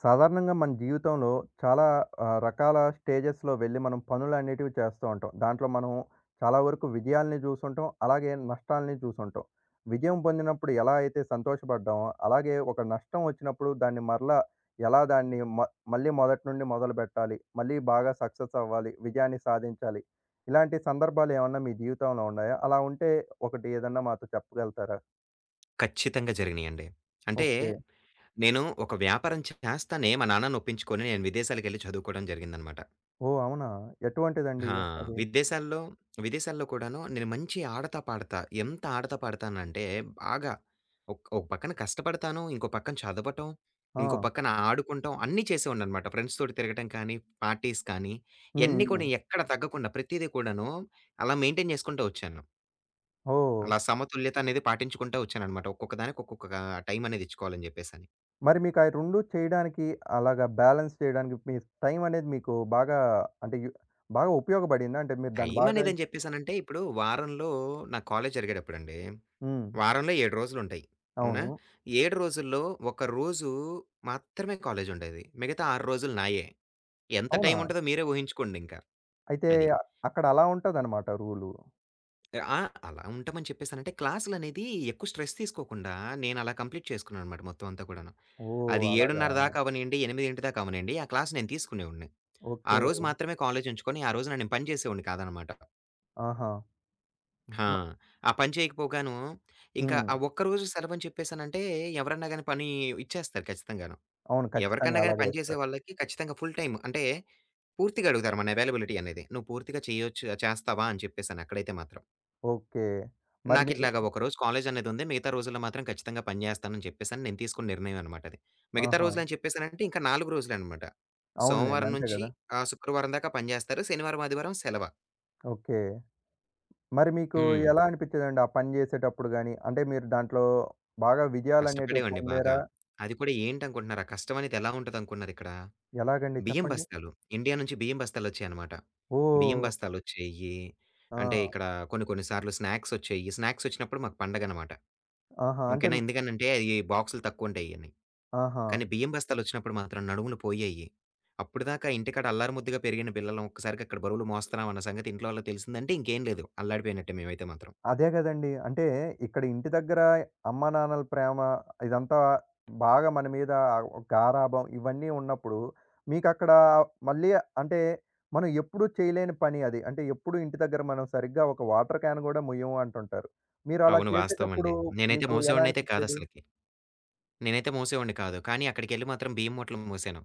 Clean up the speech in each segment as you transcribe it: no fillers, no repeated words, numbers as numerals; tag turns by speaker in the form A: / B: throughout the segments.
A: సాధారణంగా మన జీవితంలో చాలా రకాల స్టేజెస్‌లో వెళ్ళి మనం పనులనేటివి చేస్తూ ఉంటాం. దాంట్లో మనం చాలా వరకు విజయాల్ని చూసుంటాం. అలాగే నష్టాల్ని చూసుంటాం. విజయం పొందినప్పుడు ఎలా అయితే సంతోషపడ్డామో, అలాగే ఒక నష్టం వచ్చినప్పుడు దాన్ని మరలా ఎలా దాన్ని మళ్ళీ మొదటి నుండి మొదలుపెట్టాలి, మళ్ళీ బాగా సక్సెస్ అవ్వాలి, విజయాన్ని సాధించాలి. ఇలాంటి సందర్భాలు ఏమన్నా మీ జీవితంలో ఉన్నాయా? అలా ఉంటే ఒకటి ఏదన్నా మాతో చెప్పగలుగుతారా?
B: ఖచ్చితంగా జరిగినియండి. అంటే,
A: ఓకే.
B: నేను ఒక వ్యాపారం చేస్తానే మా నాన్నని ఒప్పించుకొని నేను విదేశాలకెళ్ళి చదువుకోవడం జరిగిందనమాట.
A: ఓహ్! అవునా? ఎటువంటిదండి
B: ఆ!
A: అది?
B: విదేశాల్లో విదేశాల్లో కూడాను నేను మంచి ఆడతా, పాడతా ఎంత ఆడతా పాడతానంటే బాగా ఒక పక్కన కష్టపడతాను. ఇంకో పక్కన చదవటం, ఇంకో
A: ఆ!
B: పక్కన ఆడుకుంటాం అన్నీ చేసేవాడిననమాట. ఫ్రెండ్స్‌తోటి తిరగటం కానీ, పార్టీస్ కానీ,
A: హ్మ్.
B: ఇయన్నీ
A: హ్మ్.
B: కూడా ఎక్కడ తగ్గకుండా ప్రతీదీ కూడాను అలా మెయింటైన్ చేసుకుంటూ వచ్చాను.
A: ఓహ్!
B: అలా సమతుల్యత అనేది పాటించుకుంటా వచ్చాననమాట. ఒక్కొక్క దానికి ఒక్కొక్క టైం అనేది ఇచ్చుకోవాలని జెప్పేసని.
A: మరి మీకు ఆ 2 చేయడానికి అలాగా బ్యాలెన్స్ చేయడానికి మీ టైం అనేది మీకు బాగా అంటే యు బాగా ఉపయోగపడిందా? అంటే మీరు దాన్ని బాగా
B: టైమనేదని జెప్పేసనంటే, ఇప్పుడు వారంలో నా కాలేజ్ జరిగేటప్పుడండి,
A: హ్మ్.
B: వారంలో 7 రోజులుంటాయి. అవునా?
A: అవును.
B: 7 రోజుల్లో ఒక రోజు మాత్రమే కాలేజుండేది. మిగతా 6 రోజులు నాయే. ఎంత
A: అవునా?
B: టైముంటదో మీరే ఊహించుకోండింక.
A: అయితే
B: అది.
A: అక్కడ అలా ఉంటదనమాట రూలు.
B: ఆ! అలా ఉంటామని చెప్పేసనంటే, క్లాసులనేది ఎక్కువ స్ట్రెస్ తీసుకోకుండా నేనలా కంప్లీట్ చేసుకున్నాననమాట మొత్తం అంతా కూడాను.
A: ఓహ్!
B: అది
A: అలాగా?
B: 7:30 దాకా అవ్వనీయండి, 8 దాకా అవ్వనీయండి, ఆ క్లాస్ నేను తీసుకునేవాడిని. ఆ
A: ఓకే.
B: రోజు మాత్రమే కాలేజుంచుకొని, ఆ రోజున నేను పని చేసేవాడిని కాదనమాట.
A: ఆహా!
B: ఆ!
A: మ
B: ఆ పని చేయకపోగాను, ఇంకా
A: హ్మ్.
B: ఆ ఒక్కరోజు సెలవని చెప్పేసనంటే, ఎవరన్నా గాని పని ఇచ్చేస్తారు ఖచ్చితంగాను.
A: అవును. ఖచ్చితంగా
B: ఎవరికన్నా గాని
A: అలాగే
B: పని చేసే
A: ఏస్తారు.
B: వాళ్ళకి ఖచ్చితంగా ఫుల్ టైమ్ అంటే, పూర్తిగా అడుగుతారు మన అవైలబిలిటీ అనేది. "నువ్వు పూర్తిగా చేయొచ్చు చేస్తావా?" అని చెప్పేసని అక్కడైతే మాత్రం.
A: ఓకే. మరి మీరు
B: నాకిట్లాగా ఒకరోజు కాలేజనేదుంది. మిగతా రోజుల్లో మాత్రం ఖచ్చితంగా పని జేస్తానని చెప్పేసని నేను తీసుకున్న నిర్ణయం అనమాట అది. మిగతా
A: ఆహా!
B: రోజులని చెప్పేసనంటే, ఇంకా 4 రోజులనమాట.
A: అవునులెండి.
B: సోమవారం
A: అంతే
B: నుంచి
A: గదా!
B: శుక్రవారం దాకా పని జేస్తారు. శనివారం, ఆదివారం సెలవ.
A: ఓకే. మరి మీకు
B: హ్మ్.
A: ఎలా అనిపించేదండి ఆ పని జేసేటప్పుడు గాని? అంటే మీరు దాంట్లో బాగా విజయాలనేటివి
B: కష్టపడేవాడిని బాగా.
A: పొందారా?
B: అది కూడా ఏంటనుకుంటున్నారా? కష్టం అనేది ఎలా ఉంటదనుకున్నారిక్కడ?
A: ఎలాగండి
B: బియ్యం
A: చెప్పండి?
B: బస్తాలు. ఇండియా నుంచి బియ్యం బస్తాలొచ్చాయనమాట. బియ్యం
A: ఓహ్!
B: బస్తాలొచ్చేయి. అంటే
A: ఆ!
B: ఇక్కడ కొన్ని కొన్ని సార్లు స్నాక్సొచ్చేయి. స్నాక్సొచ్చినప్పుడు మాకు పండగనమాట.
A: ఆహా! అంటే
B: ఓకేనా? ఎందుకనంటే అయి బాక్సులు తక్కువుంటాయని.
A: ఆహా!
B: కానీ బియ్యం బస్తాలొచ్చినప్పుడు మాత్రం నడుములు పోయాయి. అప్పటిదాకా ఇంటికాడ అల్లారు ముద్దుగా పెరిగిన పిల్లలం ఒక్కసారిగా అక్కడ బరువులు మోస్తున్నాం అన్న సంగతి ఇంట్లో వాళ్ళకి తెలిసిందంటే ఇంకేం లేదు. అల్లాడిపోయినట్టే మేమైతే మాత్రం.
A: అదే గదండీ. అంటే ఇక్కడ ఇంటి దగ్గర అమ్మానాన్నల ప్రేమ ఇదంతా బాగా మన మీద గారాబం ఇవన్నీ ఉన్నప్పుడు మీకక్కడ మళ్ళీ అంటే మనం ఎప్పుడూ చేయలేని పని అది. అంటే ఎప్పుడూ ఇంటి దగ్గర మనం సరిగ్గా ఒక వాటర్ క్యాన్ గూడా ముయ్యము అంటుంటారు. మీరు అలా
B: అవును.
A: చేసేటప్పుడు
B: వాస్తవమండి. నేనైతే
A: మీకు ఎలా
B: మోసేవాడినైతే
A: అనిపిచ్చేది?
B: కాదసలకి. నేనైతే మోసేవాడిని కాదు. కానీ అక్కడికెళ్ళి మాత్రం బియ్యం మూటలు మూసాను.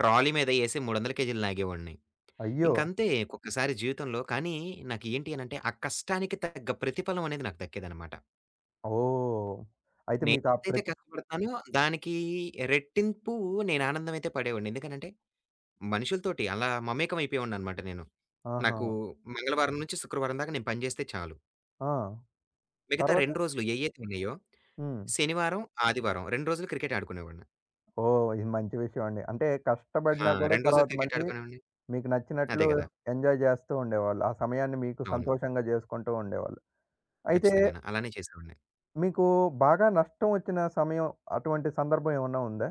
B: ట్రాలీ మీద ఏసి 300 కేజీలు లాగేవాడిని.
A: అయ్యో!
B: ఇంకంతే ఒక్కొక్కసారి జీవితంలో కానీ నాకేంటి అనంటే ఆ కష్టానికి తగ్గ ప్రతిఫలం అనేది నాకు దక్కేదనమాట.
A: ఓహ్! అయితే మీకు ఆ
B: నేనెంతైతే
A: ప్రతి
B: కష్టపడుతున్నానో దానికి రెట్టింపు నేను ఆనందమైతే పడేవాడిని. ఎందుకనంటే మనుషులతోటి అలా మమేకం అయిపోయేవాడిననమాట నేను.
A: ఆహా!
B: నాకు మంగళవారం నుంచి శుక్రవారం దాకా నేను పని జేస్తే చాలు.
A: ఆ!
B: మిగతా
A: తర్వాత?
B: 2 రోజులు ఏయైతే ఉన్నాయో
A: హ్మ్.
B: శనివారం, ఆదివారం 2 రోజులు క్రికెట్ ఆడుకునేవాడిని.
A: ఓహ్! ఇది మంచి విషయం అండి. అంటే
B: ఆ!
A: కష్టపడినా కూడా
B: 2 రోజులు
A: తర్వాత
B: క్రికెట్
A: మళ్ళీ
B: ఆడుకునేవాడిని.
A: మీకు
B: అదే
A: నచ్చినట్లు
B: గదా!
A: ఎంజాయ్ చేస్తూ ఉండేవాళ్ళు. ఆ సమయాన్ని మీకు
B: అవును.
A: సంతోషంగా చేసుకుంటూ ఉండేవాళ్ళు. అయితే
B: ఖచ్చితంగాను. అలానే చేసేవాడిని.
A: మీకు బాగా నష్టం వచ్చిన సమయం అటువంటి సందర్భం ఏమన్నా ఉందా?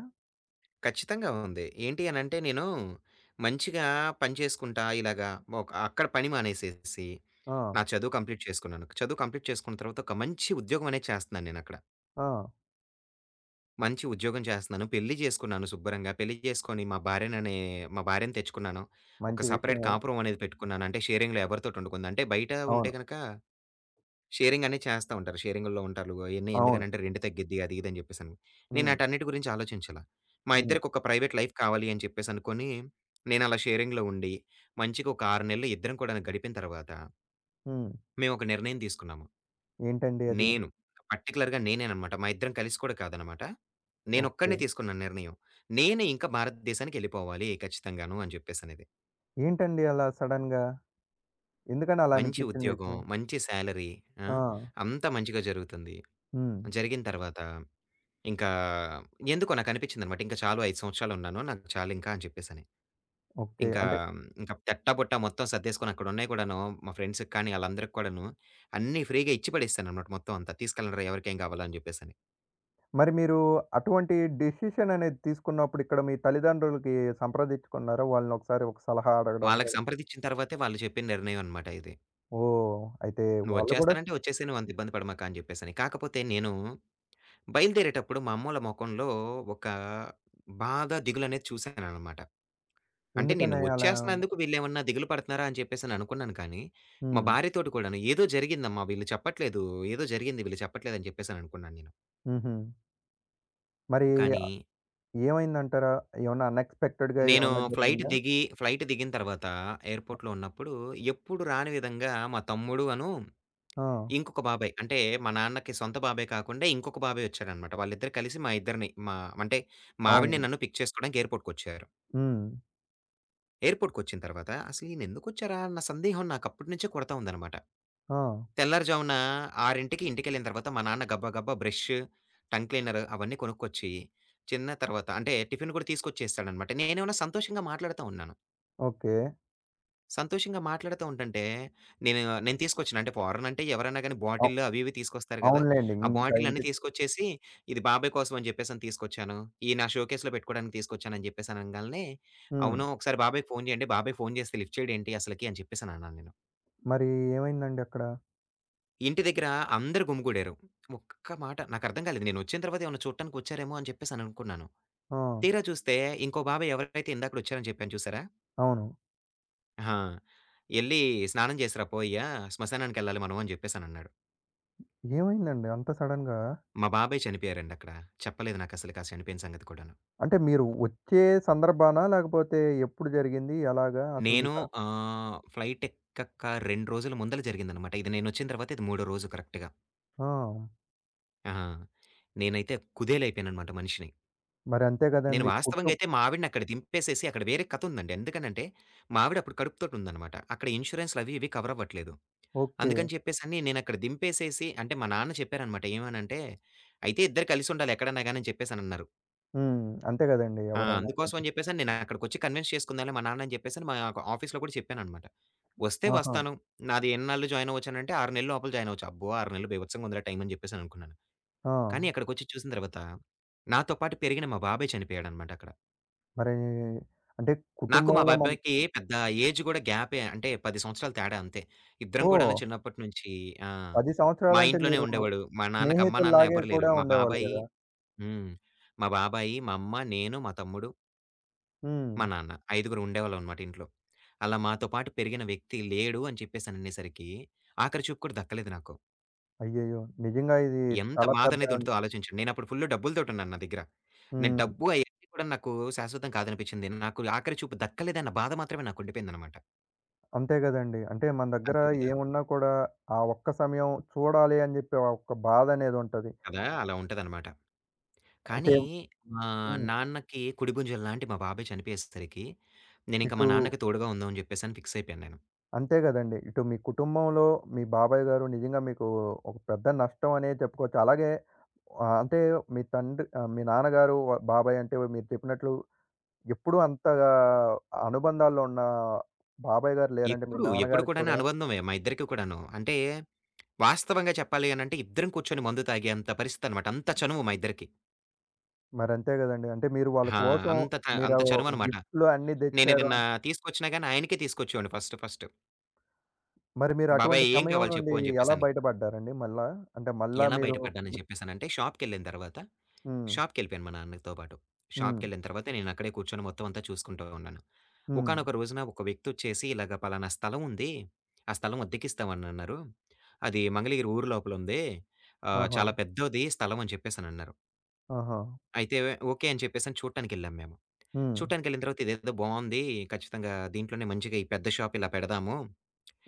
B: ఖచ్చితంగా ఉంది. ఏంటి అనంటే నేను మంచిగా పని చేసుకుంటా ఇలాగా ఒక అక్కడ పని మానేసేసి,
A: ఆ!
B: నా చదువు కంప్లీట్ చేసుకున్నాను. చదువు కంప్లీట్ చేసుకున్న తర్వాత ఒక మంచి ఉద్యోగం అనేది చేస్తున్నాను నేనక్కడ.
A: ఆ!
B: మంచి ఉద్యోగం చేస్తున్నాను. పెళ్లి చేసుకున్నాను శుభ్రంగా. పెళ్లి చేసుకొని మా భార్యని తెచ్చుకున్నాను. ఒక
A: మంచి
B: సెపరేట్
A: విషయమే.
B: కాపురం అనేది పెట్టుకున్నాను. అంటే షేరింగ్‌లో ఎవరితోటి ఉండకుండా. అంటే బయట ఉంటే
A: అవును.
B: గనక షేరింగ్ అనేది చేస్తా ఉంటారు. షేరింగుల్లో ఉంటారు. అయన్నీ
A: అవును.
B: ఎందుకనంటే రెంట్ తగ్గిద్ది అది ఇది అని చెప్పేసని. నేను
A: హ్మ్.
B: ఆటన్నిటి గురించి ఆలోచించలా. మా
A: హ్మ్.
B: ఇద్దరికి ఒక ప్రైవేట్ లైఫ్ కావాలి అని చెప్పేసి అనుకోని, నేను అలా షేరింగ్‌లో ఉండి, మంచిగా ఒక 6 నెలలు ఇద్దరం కూడా గడిపిన తర్వాత,
A: హ్మ్.
B: మేము ఒక నిర్ణయం తీసుకున్నాము.
A: ఏంటండి అది?
B: నేను పర్టిక్యులర్‌గా నేనేననమాట. మా ఇద్దరం కలిసి కూడా కాదనమాట.
A: ఓకే.
B: నేనొక్కడినే తీసుకున్న నిర్ణయం. నేనే ఇంకా భారతదేశానికి ఎళ్ళిపోవాలి ఖచ్చితంగాను అని చెప్పేసనేది.
A: ఏంటండి అలా సడెన్‌గా? ఎందుకని అలా
B: మంచి
A: అనిపించింది
B: ఉద్యోగం,
A: మీకు?
B: మంచి సాలరీ ఆ!
A: ఆ!
B: అంతా మంచిగా జరుగుతుంది.
A: హ్మ్.
B: జరిగిన తర్వాత ఇంకా ఎందుకో నాకనిపించిందనమాట. ఇంకా చాలు 5 సంవత్సరాలున్నాను. నాకు చాలింకా అని చెప్పేసని.
A: ఓకే.
B: ఇంకా,
A: అంటే
B: ఇంకా తెట్టా బుట్టా మొత్తం సర్దేసుకొని అక్కడున్నయి కూడాను మా ఫ్రెండ్స్‌కి కానీ ఆళ్ళందరికి కూడాను అన్నీ ఫ్రీగా ఇచ్చి పడేసాననమాట మొత్తం అంతా. తీసుకెళ్ళండ్రా ఎవరికేం కావాలో అని చెప్పేసని.
A: మరి మీరు అటువంటి డెసిషన్ అనేది తీసుకున్నప్పుడు ఇక్కడ మీ తల్లిదండ్రులకి సంప్రదించుకున్నారా? వాళ్ళని ఒకసారి ఒక సలహా అడగడం
B: వాళ్ళకి
A: గాని
B: సంప్రదించిన తర్వాతే వాళ్ళు చెప్పిన నిర్ణయం అనమాట ఇది.
A: ఓహ్! అయితే వాళ్ళు కూడా
B: "నువ్వొచ్చేస్తానంటే ఒచ్చేసేయి. నువ్వంత ఇబ్బంది పడమాక" అని చెప్పేసని. కాకపోతే నేను బయలుదేరేటప్పుడు మా అమ్మోళ్ళ మొఖంలో ఒక బాధ, దిగులనేది చూశాననమాట. అంటే నేను
A: ఎందుకని అలా
B: వచ్చేస్తన్నందుకు వీళ్ళేమన్నా దిగులు పడుతున్నారా అని చెప్పేసని అనుకున్నాను కానీ, మా
A: హ్మ్.
B: భార్యతోటి కూడాను ఏదో జరిగిందమ్మా వీళ్ళు చెప్పట్లేదు. ఏదో జరిగింది వీళ్ళు చెప్పట్లేదని చెప్పేసని అనుకున్నాను నేను.
A: హుహు. మరి
B: కానీ
A: ఏమైందంటారా? ఏమన్నా అన్‌ఎక్స్‌పెక్టెడ్‌గా
B: నేను
A: ఏమన్నా
B: ఫ్లైట్
A: జరిగిందా?
B: దిగి, ఫ్లైట్ దిగిన తర్వాత ఎయిర్‌పోర్ట్‌లో ఉన్నప్పుడు ఎప్పుడు రాని విధంగా మా తమ్ముడు అను,
A: ఆ!
B: ఇంకొక బాబాయ్ అంటే మా నాన్నకి సొంత బాబాయ్ కాకుండా ఇంకొక బాబాయ్ వచ్చారనమాట. వాళ్ళిద్దరు కలిసి మా ఇద్దరిని మా అంటే మా ఆవిడని
A: అవును.
B: నన్ను పిక్ చేసుకోవడానికి ఎయిర్‌పోర్ట్‌కొచ్చారు.
A: హ్మ్.
B: ఎయిర్‌పోర్ట్‌కొచ్చిన తర్వాత అసలు ఈయనెందుకొచ్చారా అన్న సందేహం నాకు అప్పటి నుంచే కొడతా ఉందనమాట.
A: ఆ!
B: తెల్లారుజామున 6కి ఇంటికెళ్ళిన తర్వాత మా నాన్న గబ్బా గబ్బా బ్రష్, టంగ్ క్లీనర్ అవన్నీ కొనుక్కొచ్చి, చిన్న తర్వాత అంటే టిఫిన్ కూడా తీసుకొచ్చేస్తాడనమాట. నేనేమన్నా సంతోషంగా మాట్లాడుతా ఉన్నాను.
A: ఓకే.
B: సంతోషంగా మాట్లాడుతూ ఉంటంటే, నేను నేను తీసుకొచ్చిన అంటే ఫారెన్ అంటే ఎవరైనా గాని
A: అవ్
B: బాటిల్లు అవి ఇవి తీసుకొస్తారు గదా!
A: అవునులెండి.
B: ఆ
A: ఇంకా
B: బాటిలన్నీ
A: ఇంటి
B: తీసుకొచ్చేసి, ఇది బాబాయ్ కోసం అని జెప్పేసని తీసుకొచ్చాను. ఇయి నా షోకేస్‌లో పెట్టుకోవడానికి తీసుకొచ్చానని జెప్పేసని అనంగాల్నే,
A: హ్మ్.
B: అవును ఒకసారి బాబాయ్‌కి ఫోను జేయండి. బాబాయ్ ఫోను జేస్తే లిఫ్ట్ చేయడేంటి అసలకి అని చెప్పేసనన్నాను నేను.
A: మరి ఏమైందండి అక్కడ?
B: ఇంటి దగ్గర అందరూ గుమిగూడారు. ఒక్క మాట నాకర్థం కాలేదు. నేనొచ్చిన తర్వాత ఏమన్నా చూడటానికొచ్చారేమో అని చెప్పేసననుకున్నాను.
A: ఆ!
B: తీరా చూస్తే ఇంకో బాబాయ్ ఎవరైతే ఇందాకడొచ్చారని చెప్పాను చూసారా?
A: అవును.
B: ఆ! "ఎళ్లి స్నానం చేసిరా పోయ్యా, శ్మశానానికెళ్ళాలి మనం" అని జెప్పేసనన్నాడు.
A: ఏమైందండి అంత సడెన్‌గా?
B: మా బాబాయ్ చనిపోయారండి అక్కడ. చెప్పలేదు నాకసలకి ఆ చనిపోయిన సంగతి కూడాను.
A: అంటే మీరు వచ్చే సందర్భానా? లేకపోతే ఎప్పుడు జరిగింది? ఎలాగా? అసలు
B: నేను
A: మీకు
B: ఫ్లైట్ ఎక్కక 2 రోజుల ముందల జరిగిందనమాట. ఇది నేనొచ్చిన తర్వాత ఇది మూడో రోజు కరెక్ట్‌గా.
A: ఆ!
B: ఆ! నేనైతే కుదేలయిపోయాననమాట మనిషిని.
A: మరి అంతే
B: నేను
A: గదండీ.
B: వాస్తవంగా
A: కుటుం
B: అయితే మా ఆవిడనక్కడ దింపేసేసి అక్కడ వేరే కథుందండి. ఎందుకనంటే, మా ఆవిడ అప్పుడు కడుపుతోటుందనమాట. అక్కడ ఇన్స్యూరెన్స్‌లవి ఇవి కవరవ్వట్లేదు.
A: ఓకే.
B: అందుకని చెప్పేసని నేనక్కడ దింపేసేసి అంటే మా నాన్న చెప్పారనమాట. ఏమనంటే, "అయితే ఇద్దరు కలిసుండాలి ఎక్కడన్నా గాని" అని చెప్పేసనన్నారు.
A: హ్మ్. అంతే గదండీ
B: ఆ!
A: ఎవరైనా
B: అందుకోసం
A: గాని.
B: అని చెప్పేసని నేనక్కడికొచ్చి కన్విన్స్ చేసుకుందాంలే మా నాన్న అని చెప్పేసని మా యొక్క ఆఫీస్‌లో కూడా చెప్పాననమాట. "వస్తే
A: ఆహా!
B: వస్తాను. నాది ఎన్నాళ్ళు జాయిన్ అవ్వొచ్చనంటే 6 నెలల లోపల జాయిన్ అవ్వచ్చు." అబ్బో! 6 నెలలు బీభత్సంగుందిరా టైం అని చెప్పేసననుకున్నాను.
A: ఆ!
B: కానీ అక్కడికొచ్చి చూసిన తర్వాత, నాతో పాటు పెరిగిన మా బాబాయ్ చనిపోయాడనమాట అక్కడ.
A: మరి అంటే
B: నాకు మా
A: కుటుంబంలో మన
B: బాబాయికి పెద్ద ఏజ్ గూడా గ్యాపే. అంటే 10 సంవత్సరాలు తేడా అంతే. ఇద్దరం
A: ఓహ్!
B: కూడాను చిన్నప్పటి నుంచి ఆ!
A: 10
B: మా
A: సంవత్సరాలంటే
B: ఇంట్లోనే
A: మీరు
B: ఉండేవాడు. మా నాన్నకి అమ్మ, నాన్న
A: స్నేహితుల్లాగే
B: ఎవ్వరు లేరు.
A: కూడా
B: మా
A: ఉండేవాళ్ళు
B: బాబాయి
A: గదా!
B: హ్మ్. మా బాబాయి, మా అమ్మ, నేను, మా తమ్ముడు,
A: హ్మ్.
B: మా నాన్న. ఐదుగురు ఉండేవాళ్ళం అనమాట ఇంట్లో. అలా మాతో పాటు పెరిగిన వ్యక్తి లేడు అని చెప్పేసననేసరికి ఆఖరి చూపు కూడా దక్కలేదు నాకు.
A: అయ్యయ్యో! నిజంగా ఇది
B: ఎంత
A: చాలా పెద్ద
B: బాధనేది ఉంటదో ఆలోచించండి. నేనప్పుడు ఫుల్లు డబ్బులతోటున్నాను నా దగ్గర. నేను
A: హ్మ్.
B: డబ్బు అయన్నీ కూడా నాకు శాశ్వతం కాదనిపించింది. నాకు ఆఖరి చూపు దక్కలేదన్న బాధ మాత్రమే నాకు ఉండిపోయిందనమాట.
A: అంతే గదండీ. అంటే మన దగ్గర
B: అంతే కదా!
A: ఏమున్నా కూడా ఆ ఒక్క సమయం చూడాలి అని జెప్పి ఆ ఒక్క బాధనేదుంటది.
B: కదా! అలా ఉంటదనమాట.
A: అయితే
B: కానీ మా
A: హ్మ్.
B: నాన్నకి కుడిభుజం లాంటి మా బాబాయ్ చనిపోయేసరికి, నేనింక మా
A: ఇటు
B: నాన్నకి తోడుగా ఉందాం అని జెప్పేసని ఫిక్స్ అయిపోయాను నేను.
A: అంతే గదండీ. ఇటు మీ కుటుంబంలో మీ బాబాయ్ గారు నిజంగా మీకు ఒక పెద్ద నష్టం అనే చెప్పుకోవచ్చు. అలాగే అంటే మీ తండ్రి మీ నాన్నగారు వ బాబాయ్ అంటే మీరు చెప్పినట్లు ఎప్పుడూ అంతగా అనుబంధాల్లో ఉన్న బాబాయ్ గారు లేరంటే మీ
B: ఎప్పుడు
A: నాన్నగారికి
B: కూడాను
A: కూడా
B: అనుబంధమే మా ఇద్దరికీ కూడాను. అంటే వాస్తవంగా చెప్పాలి అనంటే ఇద్దరం కూర్చొని మందు తాగేంత పరిస్థితనమాట. అంత చనువు మా ఇద్దరికీ.
A: మరంతే గదండీ. అంటే మీరు వాళ్ళ
B: ఆ!
A: కోసం
B: అంత
A: మీరు
B: చనువనమాట.
A: గిఫ్ట్‌లు అన్నీ దెచ్చారు.
B: నేనేదన్నా తీసుకొచ్చినా గాని ఆయనకే తీసుకొచ్చేవాడిని ఫస్ట్ ఫస్ట్.
A: మరి మీరు అటువంటి
B: "బాబాయ్ ఏం
A: సమయం
B: కావాలి
A: నుండి
B: చెప్పు" అని
A: ఎలా
B: జెప్పేసని.
A: బయటపడ్డారండి మళ్ళా? అంటే మళ్ళా
B: ఎలా
A: మీరు
B: బయట పడ్డానని చెప్పేసనంటే షాప్‌కెళ్ళిన తర్వాత
A: హ్మ్.
B: షాప్‌కెళ్ళిపోయాను మా నాన్నతో పాటు.
A: హ్మ్.
B: షాప్‌కెళ్ళిన తర్వాత నేనక్కడే కూర్చొని మొత్తం అంతా చూసుకుంటూ ఉన్నాను.
A: హ్మ్.
B: ఒకానొక రోజున ఒక వ్యక్తొచ్చేసి ఇలాగ పలానా స్థలం ఉంది. ఆ స్థలం అద్దెకిస్తామనన్నారు. అది మంగళగిరి ఊరు లోపలుంది.
A: ఆహా!
B: చాలా పెద్దది స్థలం అని చెప్పేసనన్నారు.
A: ఆహా!
B: అయితే ఓకే అని చెప్పేసని చూడటానికెళ్ళాం మేము.
A: హ్మ్.
B: చూడటానికెళ్ళిన తర్వాత ఇదేదో బావుంది. ఖచ్చితంగా దీంట్లోనే మంచిగా ఈ పెద్ద షాప్ ఇలా పెడదాము.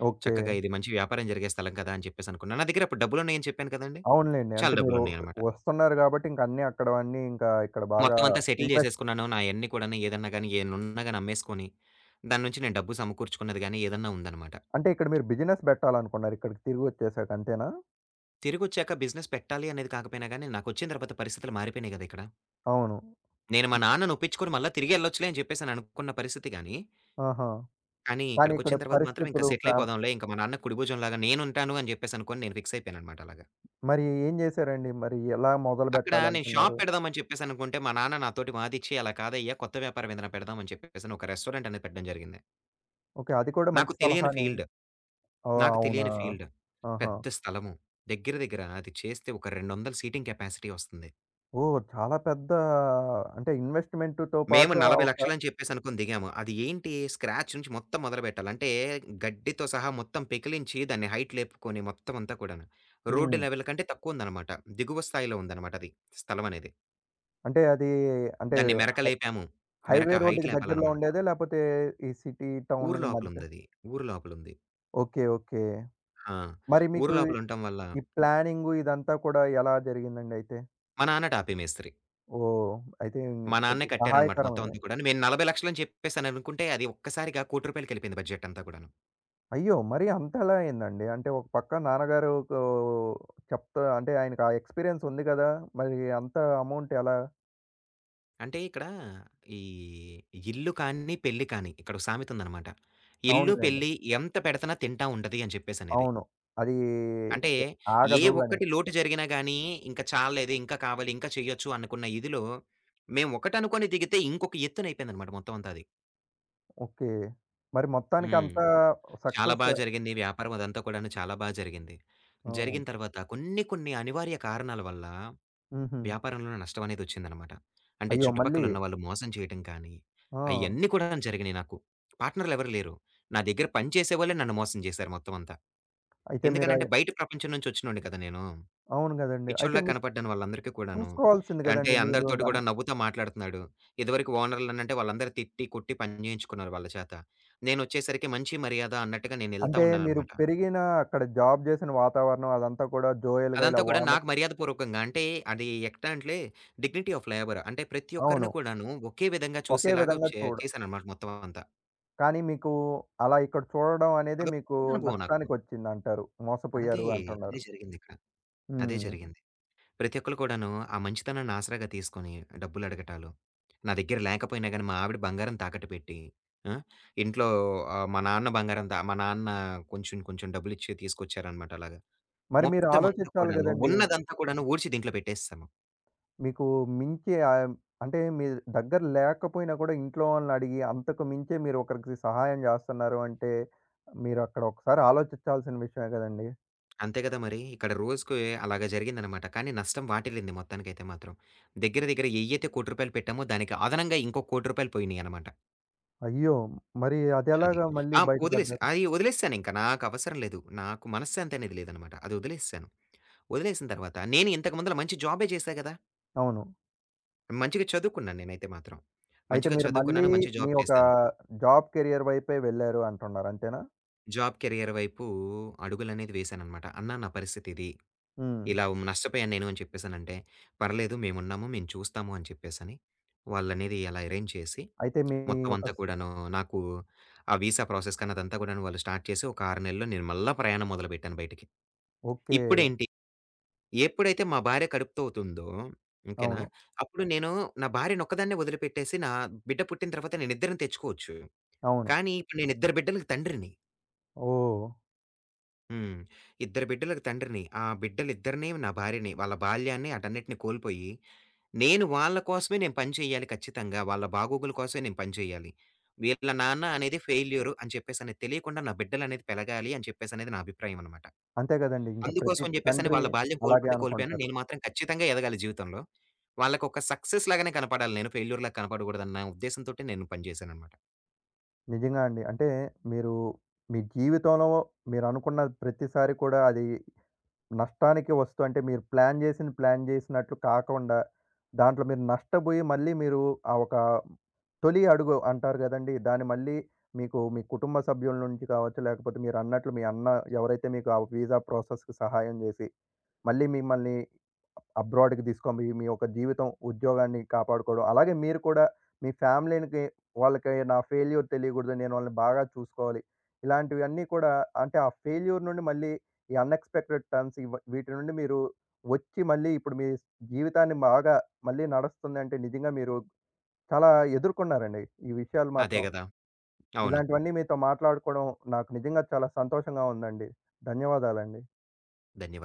A: ఓకే.
B: చక్కగా ఇది మంచి వ్యాపారం జరిగే స్థలం కదా! అని చెప్పేసనుకున్నా. నా దగ్గర అప్పుడు డబ్బులున్నాయని చెప్పాను కదండీ!
A: అవునులెండి.
B: చాలా
A: అంటే మీరు
B: డబ్బులున్నాయనమాట.
A: వస్తున్నారు గాబట్టి ఇంక అన్నీ అక్కడవన్నీ ఇంకా ఇక్కడ బాగా
B: మొత్తం అంతా సెటిల్
A: ఇన్వెస్ట్
B: జేసేసుకున్నాను. నాయన్నీ కూడాను ఏదన్నా గాని, ఏన్నున్నా గాని అమ్మేసుకొని, దాని నుంచి నేను డబ్బు సమకూర్చుకున్నది గాని, ఏదన్నా ఉందనమాట.
A: అంటే ఇక్కడ మీరు బిజినెస్ బెట్టాలనుకున్నారు ఇక్కడికి తిరిగొచ్చేసాక అంతేనా?
B: తిరిగొచ్చాక బిజినెస్ పెట్టాలి అనేది కాకపోయినా గాని, నాకొచ్చిన తర్వాత పరిస్థితులు మారిపోయినాయి గదా! ఇక్కడ.
A: అవును.
B: నేను మా నాన్నని ఒప్పించుకొని మళ్ళా తిరిగెళ్ళొచ్చులే అని చెప్పేసి అని అనుకున్న పరిస్థితి గాని,
A: ఆహా!
B: కానీ
A: కానీ ఇక్కడ
B: ఇక్కడికొచ్చిన తర్వాత మాత్రం ఇంక
A: పరిస్థితులు
B: సెటిల్
A: ఫ్యామ్
B: అయిపోదాంలే. ఇంక మా నాన్న కుడిభుజంలాగా నేనుంటాను అని జెప్పేసి అనుకోని నేను ఫిక్స్ అయిపోయాననమాట అలాగా.
A: మరి ఏం జేశారండి? మరి ఎలా
B: అక్కడ నేను షాప్
A: మొదలుబెట్టాలనుకున్నారు?
B: పెడదామని చెప్పేసి అనుకుంటే, మా నాన్న నాతోటి వాదిచ్చి, "అలా కాదయ్యా! కొత్త వ్యాపారం ఏదైనా పెడదాం" అని చెప్పేసని ఒక రెస్టారెంట్ అనేది పెట్టడం జరిగింది.
A: ఓకే. అది కూడా
B: నాకు
A: మంచి
B: తెలియని
A: సలహానే.
B: ఫీల్డ్.
A: ఓహ్!
B: నాకు
A: అవునా?
B: తెలియని ఫీల్డ్.
A: ఆహా!
B: పెద్ద స్థలము. దగ్గర దగ్గర అది చేస్తే ఒక 200 సీటింగ్ కెపాసిటీ వస్తుంది.
A: ఓహ్! చాలా పెద్ద అంటే ఇన్వెస్ట్‌మెంట్‌తో
B: మేము
A: పాటు ఆ ఒక
B: 40,00,000 అని చెప్పేసనుకోని దిగాము. అది ఏంటి స్క్రాచ్ నుంచి మొత్తం మొదలుపెట్టాలి. అంటే గడ్డితో సహా మొత్తం పెకిలించి దాన్ని హైట్ లేపుకొని మొత్తం అంతా కూడాను. రోడ్
A: హ్మ్.
B: లెవెల్ కంటే తక్కువుందనమాట. దిగువ స్థాయిలో ఉందనమాట అది స్థలమనేది.
A: అంటే అది అంటే
B: దాన్ని మెరక
A: హై
B: లేపాము. మెరక
A: హైవే
B: హైట్
A: రోడ్‌కి దగ్గరలో
B: లేపాలనమాట.
A: ఉండేదా? లేపోతే ఈ సిటీ,
B: ఊరు
A: టౌన్‌లకు మధ్య
B: లోపలుందది. ఊరు లోపలుంది.
A: ఓకే. ఓకే.
B: ఆ!
A: మరి
B: ఊరు
A: మీకు
B: లోపలుంటం వల్ల
A: ఈ ప్లానింగు ఇదంతా కూడా ఎలా జరిగిందండి అయితే?
B: మా నాన్న టాపీ మేస్త్రి.
A: ఓహ్! అయితే
B: మా నాన్నే
A: కొద్దిగా
B: కట్టారనమాట మొత్తం
A: సహాయకరమే.
B: అంతా కూడాను. నేను 40,00,000 అని చెప్పేసాననుకుంటే, అది ఒక్కసారిగా రూ. 1,00,00,000కెళ్ళిపోయింది బడ్జెట్ అంతా కూడాను.
A: అయ్యో! మరి అంతలా అయిందండి? అంటే ఒక పక్క నాన్నగారుకు చెప్తా అంటే ఆయనకు ఆ ఎక్స్‌పీరియన్స్ ఉంది గదా! మరి అంత అమౌంట్ ఎలా?
B: అంటే ఇక్కడ ఈ ఇల్లు కానీ, పెళ్లి కానీ ఇక్కడ ఒక సామెతుందనమాట. "ఇల్లు,
A: అవునులెండి.
B: పెళ్లి ఎంత పెడతనా తింటా ఉండది" అని చెప్పేసనేది.
A: అవును. అది
B: అంటే
A: ఎ
B: ఏ
A: ఆగదు అని.
B: ఒక్కటి లోటు జరిగినా గానీ, ఇంక చాల్లేదు, ఇంకా కావాలి, ఇంకా చెయ్యొచ్చు అనుకున్న ఇదిలో, మేము ఒకటనుకోని దిగితే ఇంకొక ఎత్తునయిపోయిందనమాట మొత్తం అంతా అది.
A: ఓకే. మరి మొత్తానికి
B: హ్మ్.
A: అంతా
B: చాలా
A: సక్సెస్
B: బా జరిగింది. వ్యాపారం అదంతా కూడాను చాలా బా జరిగింది.
A: ఆ!
B: జరిగిన తర్వాత కొన్ని కొన్ని అనివార్య కారణాల వల్ల
A: హుహు.
B: వ్యాపారంలో నష్టమనేది వచ్చిందనమాట. అంటే
A: అయ్యో!
B: చుట్టుపక్కల
A: మళ్ళీ.
B: ఉన్నవాళ్ళు మోసం చేయటం కానీ,
A: ఆ!
B: అయన్నీ కూడా జరిగినాయి నాకు. పార్ట్‌నర్‌లు ఎవరు లేరు. నా దగ్గర పని చేసేవాళ్ళే నన్ను మోసం చేశారు మొత్తం అంతా.
A: అయితే మీరు
B: ఎందుకనంటే
A: అయి
B: బయట ప్రపంచం నుంచి వచ్చినోడిని కదా నేను.
A: అవును గదండీ. అయితే
B: పిచ్చోడిలా
A: మీరు
B: కనపడ్డాను వాళ్ళందరికీ కూడాను.
A: చూసుకోవాల్సింది
B: అంటే
A: గదండీ మీరు
B: అందరితోటి
A: నమ్
B: కూడా నవ్వుతా మాట్లాడుతున్నాడు. ఇదివరకు ఓనర్‌లనంటే వాళ్ళందరూ తిట్టి, కొట్టి పని చేయించుకున్నారు వాళ్ళ చేత. నేనొచ్చేసరికి మంచి మర్యాద అన్నట్టుగా నేనెళ్తా
A: అంటే మీరు
B: ఉన్నాననమాట.
A: పెరిగిన అక్కడ జాబ్ జేసిన వాతావరణం అదంతా కూడా జోయల్‌గా
B: అదంతా
A: ఇలా
B: కూడా
A: వాన
B: నాకు మర్యాదపూర్వకంగా అంటే అది ఎట్లా అంటే డిగ్నిటీ ఆఫ్ లేబర్. అంటే ప్రతి ఒక్కరిని
A: అవును.
B: కూడాను ఒకే విధంగా
A: ఒకే
B: చూసేలాగా
A: విధంగా
B: చే
A: చూడ
B: చేశాననమాట మొత్తం అంతా.
A: కానీ మీకు అలా ఇక్కడ చూడడం అనేది
B: అదొక
A: మీకు
B: మంచి అనుభవం నాకు.
A: నష్టానికొచ్చిందంటారు.
B: అదే,
A: మోసపోయారు
B: అదే
A: అంటున్నారు.
B: జరిగిందిక్కడ. అదే
A: హ్మ్.
B: జరిగింది. ప్రతి ఒక్కళ్ళు కూడాను ఆ మంచితనాన్ని ఆసరాగా తీసుకొని డబ్బులడగటాలు, నా దగ్గర లేకపోయినా గానీ మా ఆవిడ బంగారం తాకట్టు పెట్టి, ఆ! ఇంట్లో మా నాన్న కొంచెం కొంచెం డబ్బులిచ్చి తీసుకొచ్చారనమాట అలాగా.
A: మరి మీరు
B: మొత్తం అంతా
A: ఆలోచించాలి
B: కూడాను
A: గదండీ!
B: ఉన్నదంతా కూడాను ఊడ్చి దీంట్లో పెట్టేసాము.
A: మీకు మించి అంటే మీ దగ్గర లేకపోయినా కూడా ఇంట్లో వాళ్ళని అడిగి అంతకు మించే మీరు ఒకరికి సహాయం జేస్తున్నారు అంటే మీరు అక్కడ ఒకసారి ఆలోచించాల్సిన విషయమే గదండీ!
B: అంతే కదా మరి. ఇక్కడ రోజుకి అలాగా జరిగిందనమాట. కానీ నష్టం వాటిల్లింది మొత్తానికైతే మాత్రం. దగ్గర దగ్గర ఎయ్యైతే రూ. 1,00,00,000 పెట్టామో దానికి అదనంగా ఇంకో రూ. 1,00,00,000 పోయినియనమాట.
A: అయ్యో! మరి
B: అది.
A: అదెలాగా మళ్ళీ
B: ఆ! వదిలేసా.
A: బయటపడ్డారు?
B: అది వదిలేసానింక. నాకవసరం లేదు. నాకు మనశ్శాంతి అనేది లేదనమాట. అది వదిలేసేసాను. వదిలేసిన తర్వాత నేను ఇంతకు ముందల మంచి జాబే చేశా గదా!
A: అవును.
B: మంచిగా చదువుకున్నాను నేనైతే మాత్రం.
A: అయితే
B: మంచిగా
A: మీరు మళ్ళీ
B: చదువుకున్నాను. మంచి
A: మీ
B: జాబ్
A: ఒక
B: చేశాను.
A: జాబ్ కెరియర్ వైపే వెళ్లారు అంటున్నారు అంతేనా?
B: జాబ్ కెరియర్ వైపు అడుగులనేది వేశాననమాట. అన్నా నా పరిస్థితిది.
A: హ్మ్.
B: ఇలా నష్టపోయాను నేను అని చెప్పేసనంటే, "పర్లేదు మేమున్నాము. మేము చూస్తాము" అని చెప్పేసని వాళ్ళనేది అలా అరేంజ్ చేసి,
A: అయితే మీ
B: మొత్తం
A: ఒక
B: అంతా
A: స్
B: కూడాను నాకు ఆ వీసా ప్రాసెస్ కానీ అదంతా కూడాను వాళ్ళు స్టార్ట్ చేసి ఒక 6 నెలల్లో నేను మళ్ళా ప్రయాణం మొదలుపెట్టాను బయటికి.
A: ఓకే.
B: ఇప్పుడేంటి, ఎప్పుడైతే మా భార్య కడుపుతో అవుతుందో ఓకేనా,
A: అవును.
B: అప్పుడు నేను నా భార్యనొక్కదాన్నే వదిలిపెట్టేసి నా బిడ్డ పుట్టిన తర్వాత నేనిద్దరిని తెచ్చుకోవచ్చు.
A: అవును.
B: కానీ ఇప్పుడు నేనిద్దరు బిడ్డలకి తండ్రిని.
A: ఓహ్!
B: హ్మ్. ఇద్దరు బిడ్డలకు తండ్రిని. ఆ బిడ్డలిద్దరిని, నా భార్యని, వాళ్ళ బాల్యాన్ని ఆటన్నిటిని కోల్పోయి, నేను వాళ్ళ కోసమే నేను పని చేయాలి ఖచ్చితంగా. వాళ్ళ బాగోగుల కోసమే నేను పని చేయాలి. వీళ్ళ నాన్న అనేది ఫెయిల్యూరు అని చెప్పేసనేది తెలియకుండా నా బిడ్డలనేది పెరగాలి అని చెప్పేసనేది నా అభిప్రాయం అనమాట.
A: అంతే కదండీ. ఇంక
B: అందుకోసం
A: ప్రతి
B: అని చెప్పేసని
A: తండ్రి
B: వాళ్ళ బాల్యం
A: అలాగే
B: కోల్పోతే కోల్పోయాను.
A: అనుకుంటారు.
B: నేను మాత్రం ఖచ్చితంగా ఎదగాలి జీవితంలో. వాళ్ళకొక సక్సెస్ లాగానే కనపడాలి నేను. ఫెయిల్యూర్‌లాగా కనపడకూడదన్న ఉద్దేశంతోటి నేను పని చేశాననమాట.
A: నిజంగా అండి. అంటే మీరు మీ జీవితంలో మీరనుకున్న ప్రతిసారి కూడా అది నష్టానికి వస్తూ అంటే మీరు ప్లాన్ జేసింది ప్లాన్ జేసినట్లు కాకుండా, దాంట్లో మీరు నష్టబోయి మళ్ళీ మీరు ఆ ఒక తొలి అడుగు అంటారు గదండీ! దాన్ని మళ్ళీ మీకు మీ కుటుంబ సభ్యుల నుంచి కావచ్చు, లేకపోతే మీరన్నట్లు మీ అన్న ఎవరైతే మీకు ఆ వీసా ప్రాసెస్‌కి సహాయం జేసి, మళ్ళీ మిమ్మల్ని అబ్రాడ్‌కి తీసుకొనిపోయి మీ యొక్క జీవితం, ఉద్యోగాన్ని కాపాడుకోవడం. అలాగే మీరు కూడా మీ ఫ్యామిలీ‌నికి వాళ్ళకి నా ఫెయిల్యూర్ తెలియకూడదు. నేను వాళ్ళని బాగా చూసుకోవాలి. ఇలాంటివన్నీ కూడా అంటే ఆ ఫెయిల్యూర్ నుండి మళ్ళీ ఈ అన్‌ఎక్స్‌పెక్టెడ్ టర్న్స్ ఇవ వీటి నుండి మీరు వచ్చి మళ్ళీ ఇప్పుడు మీ జీవితాన్ని బాగా మళ్ళీ నడుస్తుందంటే నిజంగా మీరు చాలా ఎదుర్కొన్నారండి. ఈ విషయాలు
B: అదే
A: మాత్రం.
B: గదా! అవును.
A: ఇలాంటివన్నీ మీతో మాట్లాడుకోవడం నాకు నిజంగా చాలా సంతోషంగా ఉందండి. ధన్యవాదాలండి.
B: ధన్యవాదాలు.